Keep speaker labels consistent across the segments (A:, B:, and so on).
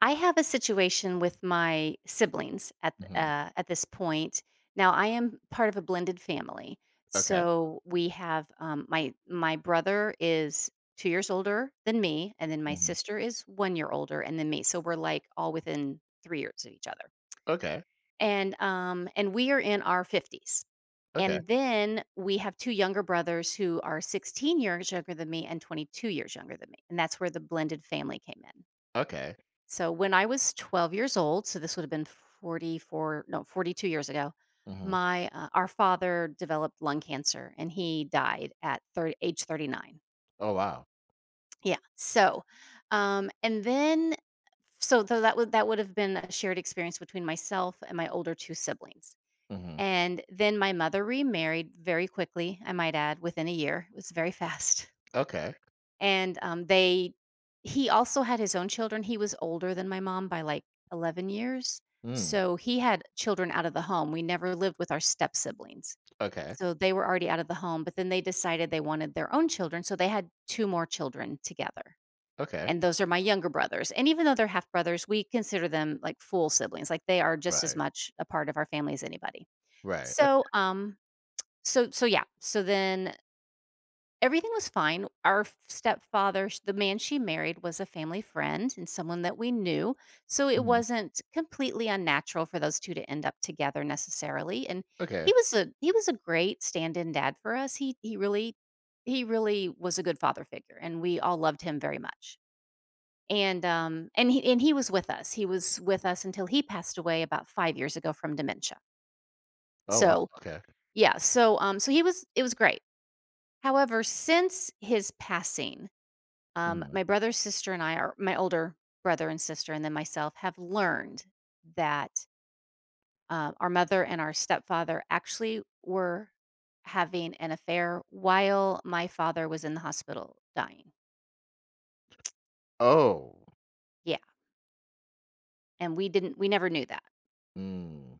A: I have a situation with my siblings at th-
B: Mhm.
A: uh, at this point. Now I am part of a blended family,
B: Okay.
A: so we have my brother is 2 years older than me, and then my
B: Mhm.
A: sister is 1 year older, and then me. So we're like all within 3 years of each other,
B: Okay.
A: and we are in our fifties.
B: Okay.
A: And then we have two younger brothers who are 16 years younger than me and 22 years younger than me, and that's where the blended family came in.
B: Okay.
A: So when I was 12 years old, so this would have been 44, no, 42 years ago,
B: Mhm.
A: my our father developed lung cancer and he died at 30, age 39.
B: Oh, wow.
A: Yeah. So, and then so though that would have been a shared experience between myself and my older two siblings.
B: Mhm.
A: And then my mother remarried very quickly, I might add, within a year. It was very fast.
B: Okay.
A: And, they he also had his own children. He was older than my mom by, like, 11 years,
B: Mm.
A: so he had children out of the home. We never lived with our step-siblings,
B: Okay.
A: so they were already out of the home, but then they decided they wanted their own children, so they had 2 more children together,
B: Okay.
A: and those are my younger brothers, and even though they're half brothers, we consider them, like, full siblings, like, they are just as
B: Right.
A: much a part of our family as anybody.
B: Right. OK.
A: So, so so yeah, so then everything was fine. Our f stepfather, sh the man she married was a family friend and someone that we knew, so it
B: Mhm.
A: wasn't completely unnatural for those 2 to end up together necessarily, and he
B: Okay.
A: was a he was a great stand-in dad for us. He really was a good father figure, and we all loved him very much. And he was with us. He was with us until he passed away about 5 years ago from dementia.
B: Oh, wow.
A: So,
B: Okay.
A: yeah, so, so he was it was great. However, since his passing,
B: Mhm.
A: my brother, sister, and I are my older brother and sister, and then myself have learned that our mother and our stepfather actually were having an affair while my father was in the hospital dying.
B: Oh.
A: Yeah. And we never knew that.
B: Mm.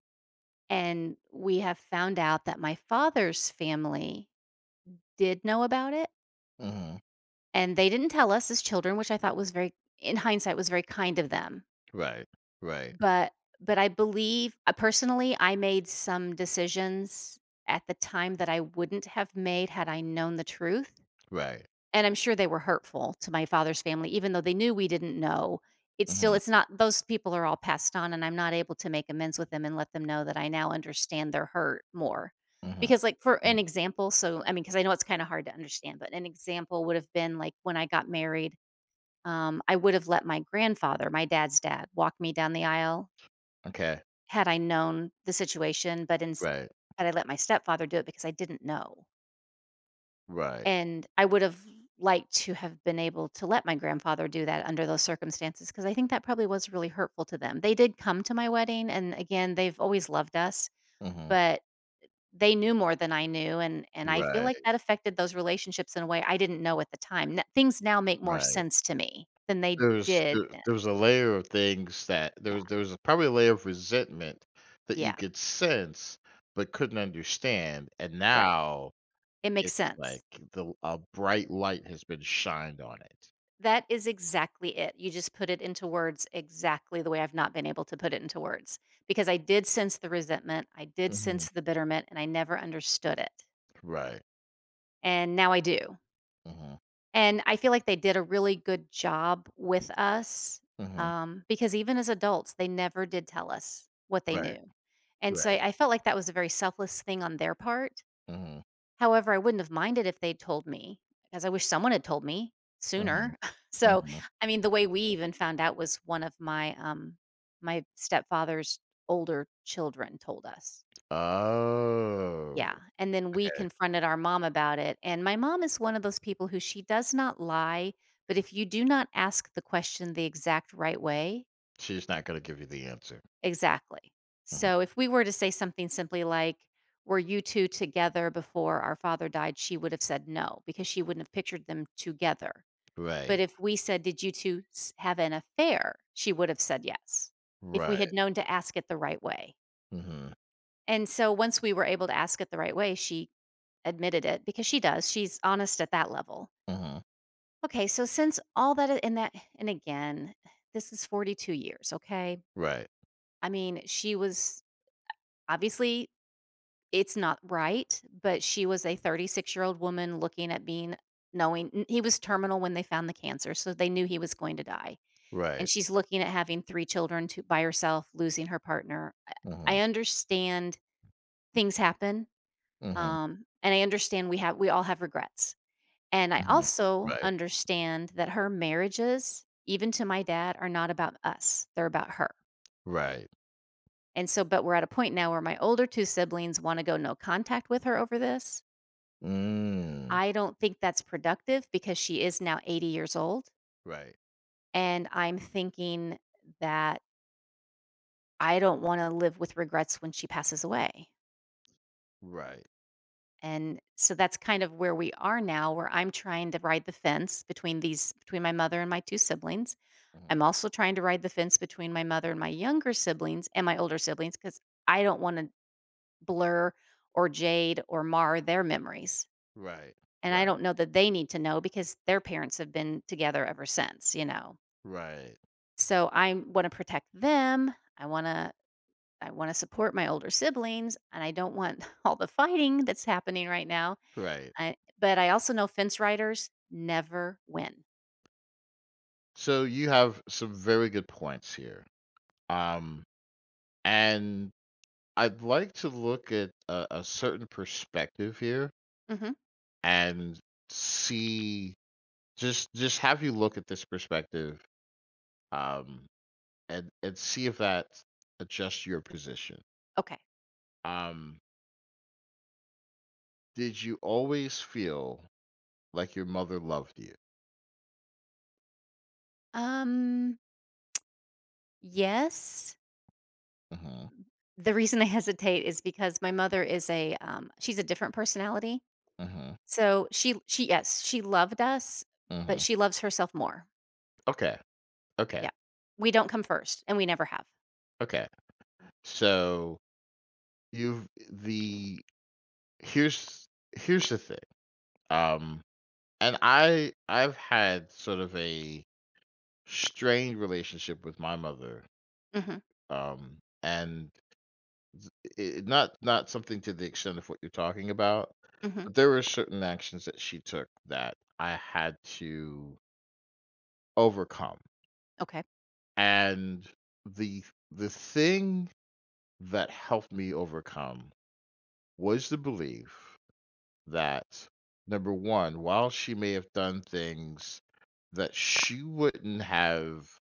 A: And we have found out that my father's family did know about it,
B: Mhm.
A: and they didn't tell us as children, which I thought was very, in hindsight, was very kind of them.
B: Right. Right.
A: But but I believe personally, I made some decisions at the time that I wouldn't have made had I known the truth,
B: Right.
A: and I'm sure they were hurtful to my father's family, even though they knew we didn't know. It's still
B: Mhm.
A: it's not Those people are all passed on, and I'm not able to make amends with them and let them know that I now understand their hurt more.
B: Mhm.
A: Because, like, for
B: Mhm.
A: an example, so I mean, because I know it's kind of hard to understand, but an example would have been like when I got married, I would have let my grandfather, my dad's dad, walk me down the aisle
B: Okay.
A: had I known the situation, but
B: Right.
A: I let my stepfather do it because I didn't know,
B: Right.
A: and I would've liked to have been able to let my grandfather do that under those circumstances. Because I think that probably was really hurtful to them. They did come to my wedding, and again, they've always loved us,
B: Mhm.
A: but they knew more than I knew, and I feel like
B: Right.
A: that affected those relationships in a way I didn't know at the time. N things now make more
B: Right.
A: sense to me than they
B: There was
A: did
B: there
A: then.
B: there was a layer of things that there
A: Yeah,
B: was there was probably a layer of resentment that you
A: yeah,
B: could sense, but couldn't understand. And
A: right.
B: now
A: It makes
B: it's
A: sense.
B: like the a bright light has been shined on it.
A: That is exactly it. You just put it into words exactly the way I've not been able to put it into words, because I did sense the resentment, I did
B: Mhm,
A: sense the bitterment, and I never understood it.
B: right.
A: And now I do.
B: Mhm,
A: And I feel like they did a really good job with us,
B: mhm,
A: because even as adults, they never did tell us what they
B: right,
A: knew. And so
B: right.
A: I felt like that was a very selfless thing on their part.
B: Mhm,
A: However, I wouldn't have minded if they'd told me, because I wish someone had told me
B: mhm,
A: sooner. So,
B: mhm.
A: I mean, the way we even found out was one of my stepfather's older children told us.
B: Oh,
A: Yeah, and then we
B: okay.
A: confronted our mom about it, and my mom is one of those people who she does not lie, but if you do not ask the question the exact right way.
B: She's not gonna give you the answer.
A: Exactly.
B: Mhm.
A: So if we were to say something simply like, were you two together before our father died? She would have said no, because she wouldn't have pictured them together.
B: Right,
A: But if we said, did you two have an affair? She would have said yes, if we
B: right.
A: had known to ask it the right way.
B: Mhm,
A: And so once we were able to ask it the right way, she admitted it, because she does. She's honest at that level.
B: mhm.
A: Okay, so since all that, and again, this is 42 years, okay?
B: Right,
A: I mean, she was obviously It's not right, but she was a 36-year-old woman looking at being knowing n he was terminal when they found the cancer, so they knew he was going to die, and
B: right.
A: she's looking at having 3 children to by herself, losing her partner. I
B: Mhm,
A: I understand things happen,
B: mhm,
A: and I understand we all have regrets, and I
B: mhm.
A: also
B: Right.
A: understand that her marriages, even to my dad, are not about us, they're about her,
B: Right.
A: and so, but we're at a point now where my older 2 siblings wanna go no contact with her over this.
B: Mm.
A: I don't think that's productive, because she is now 80 years old,
B: Right.
A: and I'm thinking that I don't wanna live with regrets when she passes away,
B: Right.
A: and so that's kind of where we are now, where I'm trying to ride the fence between my mother and my 2 siblings.
B: Mhm.
A: I'm also trying to ride the fence between my mother and my younger siblings and my older siblings, because I don't wanna blur or jade or mar their memories,
B: Right.
A: and I
B: Right.
A: don't know that they need to know, because their parents have been together ever since, you know?
B: Right.
A: So I want to protect them. I want to support my older siblings, and I don't want all the fighting that's happening right now.
B: Right.
A: But I also know fence riders never win.
B: So you have some very good points here. Um, and I'd like to look at a certain perspective here,
A: Hmm.
B: and see, just have you look at this perspective, um and see if that adjusts your position.
A: Okay.
B: Um, did you always feel like your mother loved you?
A: Um. Yes.
B: Mm-hmm.
A: The reason I hesitate is because my mother is a — She's a different personality.
B: Mm-hmm.
A: So she, yes, she loved us, but
B: Mm-hmm.
A: she loves herself more.
B: Okay, okay,
A: Yeah. We don't come first, and we never have.
B: okay. So you've the here's here's the thing. Um, and I've had sort of a strained relationship with my mother.
A: Hmm.
B: And it, not something to the extent of what you're talking about,
A: Hmm.
B: but there were certain actions that she took that I had to overcome.
A: Okay.
B: And the the thing that helped me overcome was the belief that, number one, while she may have done things that she wouldn't have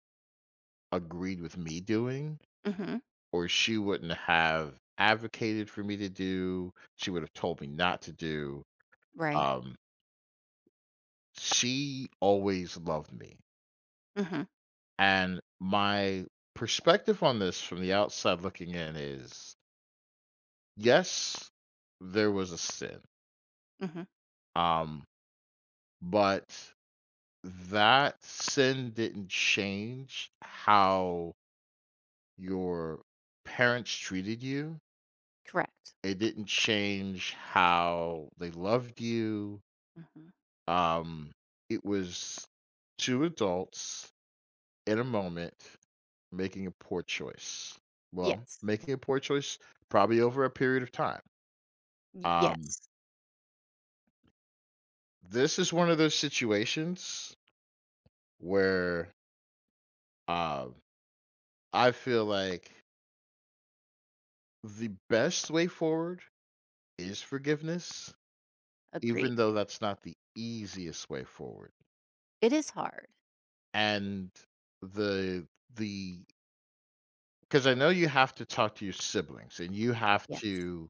B: agreed with me doing,
A: Hmm.
B: or she wouldn't have advocated for me to do, she would have told me not to do,
A: Right.
B: um, she always loved me,
A: Mhm,
B: and my perspective on this from the outside looking in is, yes, there was a sin,
A: mhm,
B: um, but that sin didn't change how your parents treated you.
A: correct,
B: It didn't change how they loved you.
A: mhm,
B: Um, it was two adults in a moment making a poor choice. Well,
A: yes,
B: making a poor choice probably over a period of time.
A: y
B: Um,
A: yes,
B: this is one of those situations where, uh, I feel like the best way forward is forgiveness, even
A: agreed.
B: though that's not the easiest way forward.
A: It is hard.
B: And the the because I know you have to talk to your siblings, and you have
A: Yes.
B: to,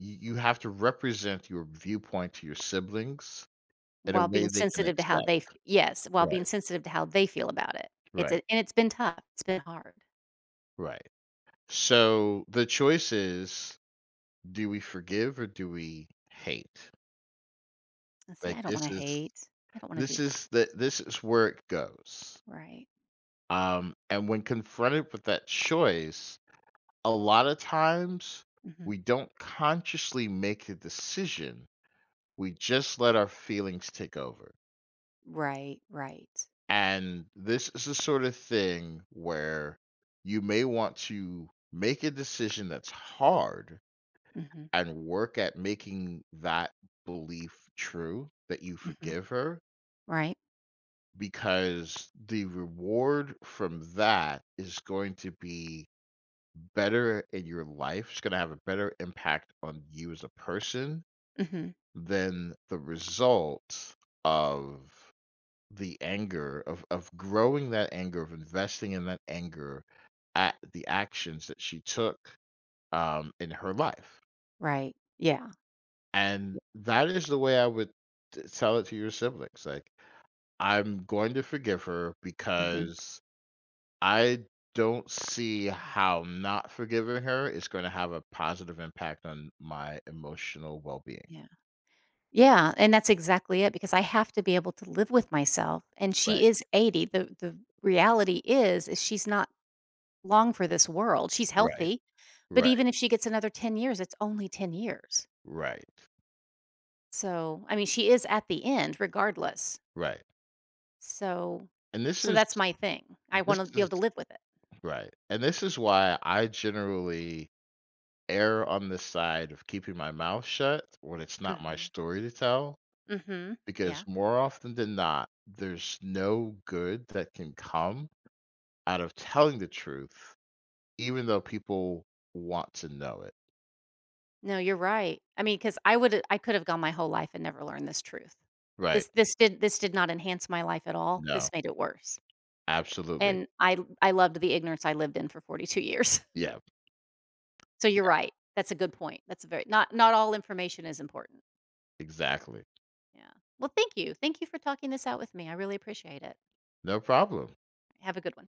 B: you have to represent your viewpoint to your siblings in a
A: while
B: way
A: being
B: they can
A: sensitive to how
B: accept.
A: they f Yes, while
B: Right,
A: being sensitive to how they feel about it. It's a
B: right,
A: and it's been tough, it's been hard.
B: right. So the choice is, do we forgive or do we hate?
A: And see,
B: Like
A: I don't
B: this
A: wanna
B: is
A: hate, I don't wanna do
B: this
A: that.
B: is the this is where it goes.
A: Right.
B: And when confronted with that choice, a lot of times
A: Mhm.
B: we don't consciously make a decision. We just let our feelings take over.
A: Right, right.
B: And this is the sort of thing where you may want to make a decision that's hard
A: Mhm,
B: and work at making that belief true, that you
A: mhm,
B: forgive her,
A: right,
B: because the reward from that is going to be better in your life. It's going to have a better impact on you as a person
A: mhm.
B: then the result of the anger, of growing that anger, of investing in that anger at the actions that she took, in her life.
A: Right, yeah.
B: And that is the way I would tell it to your siblings, like, I'm going to forgive her
A: Mhm.
B: because I don't see how not forgiving her is going to have a positive impact on my emotional well-being.
A: Yeah. Yeah, and that's exactly it, because I have to be able to live with myself, and she
B: Right.
A: is 80. The reality is she's not long for this world. She's
B: Right.
A: healthy, but
B: Right.
A: even if she gets another 10 years, it's only 10 years.
B: Right.
A: So, I mean, she is at the end regardless.
B: Right.
A: So,
B: And this
A: so,
B: is
A: that's my thing. I
B: this
A: want to be
B: is
A: able to live with it.
B: right, and this is why I generally err on the side of keeping my mouth shut when it's not my
A: Mhm.
B: story to tell,
A: Mhm.
B: because
A: Yeah.
B: more often than not, there's no good that can come out of telling the truth, even though people want to know it.
A: No, you're right. I mean, cuz I could have gone my whole life and never learned this truth.
B: Right.
A: This did not enhance my life at all.
B: No.
A: This made it worse.
B: Absolutely.
A: And I loved the ignorance I lived in for 42 years.
B: Yeah.
A: So you're
B: Yeah.
A: right. That's a good point. That's a very not not all information is important.
B: Exactly.
A: Yeah. Well, thank you. Thank you for talking this out with me. I really appreciate it.
B: No problem.
A: Have a good one.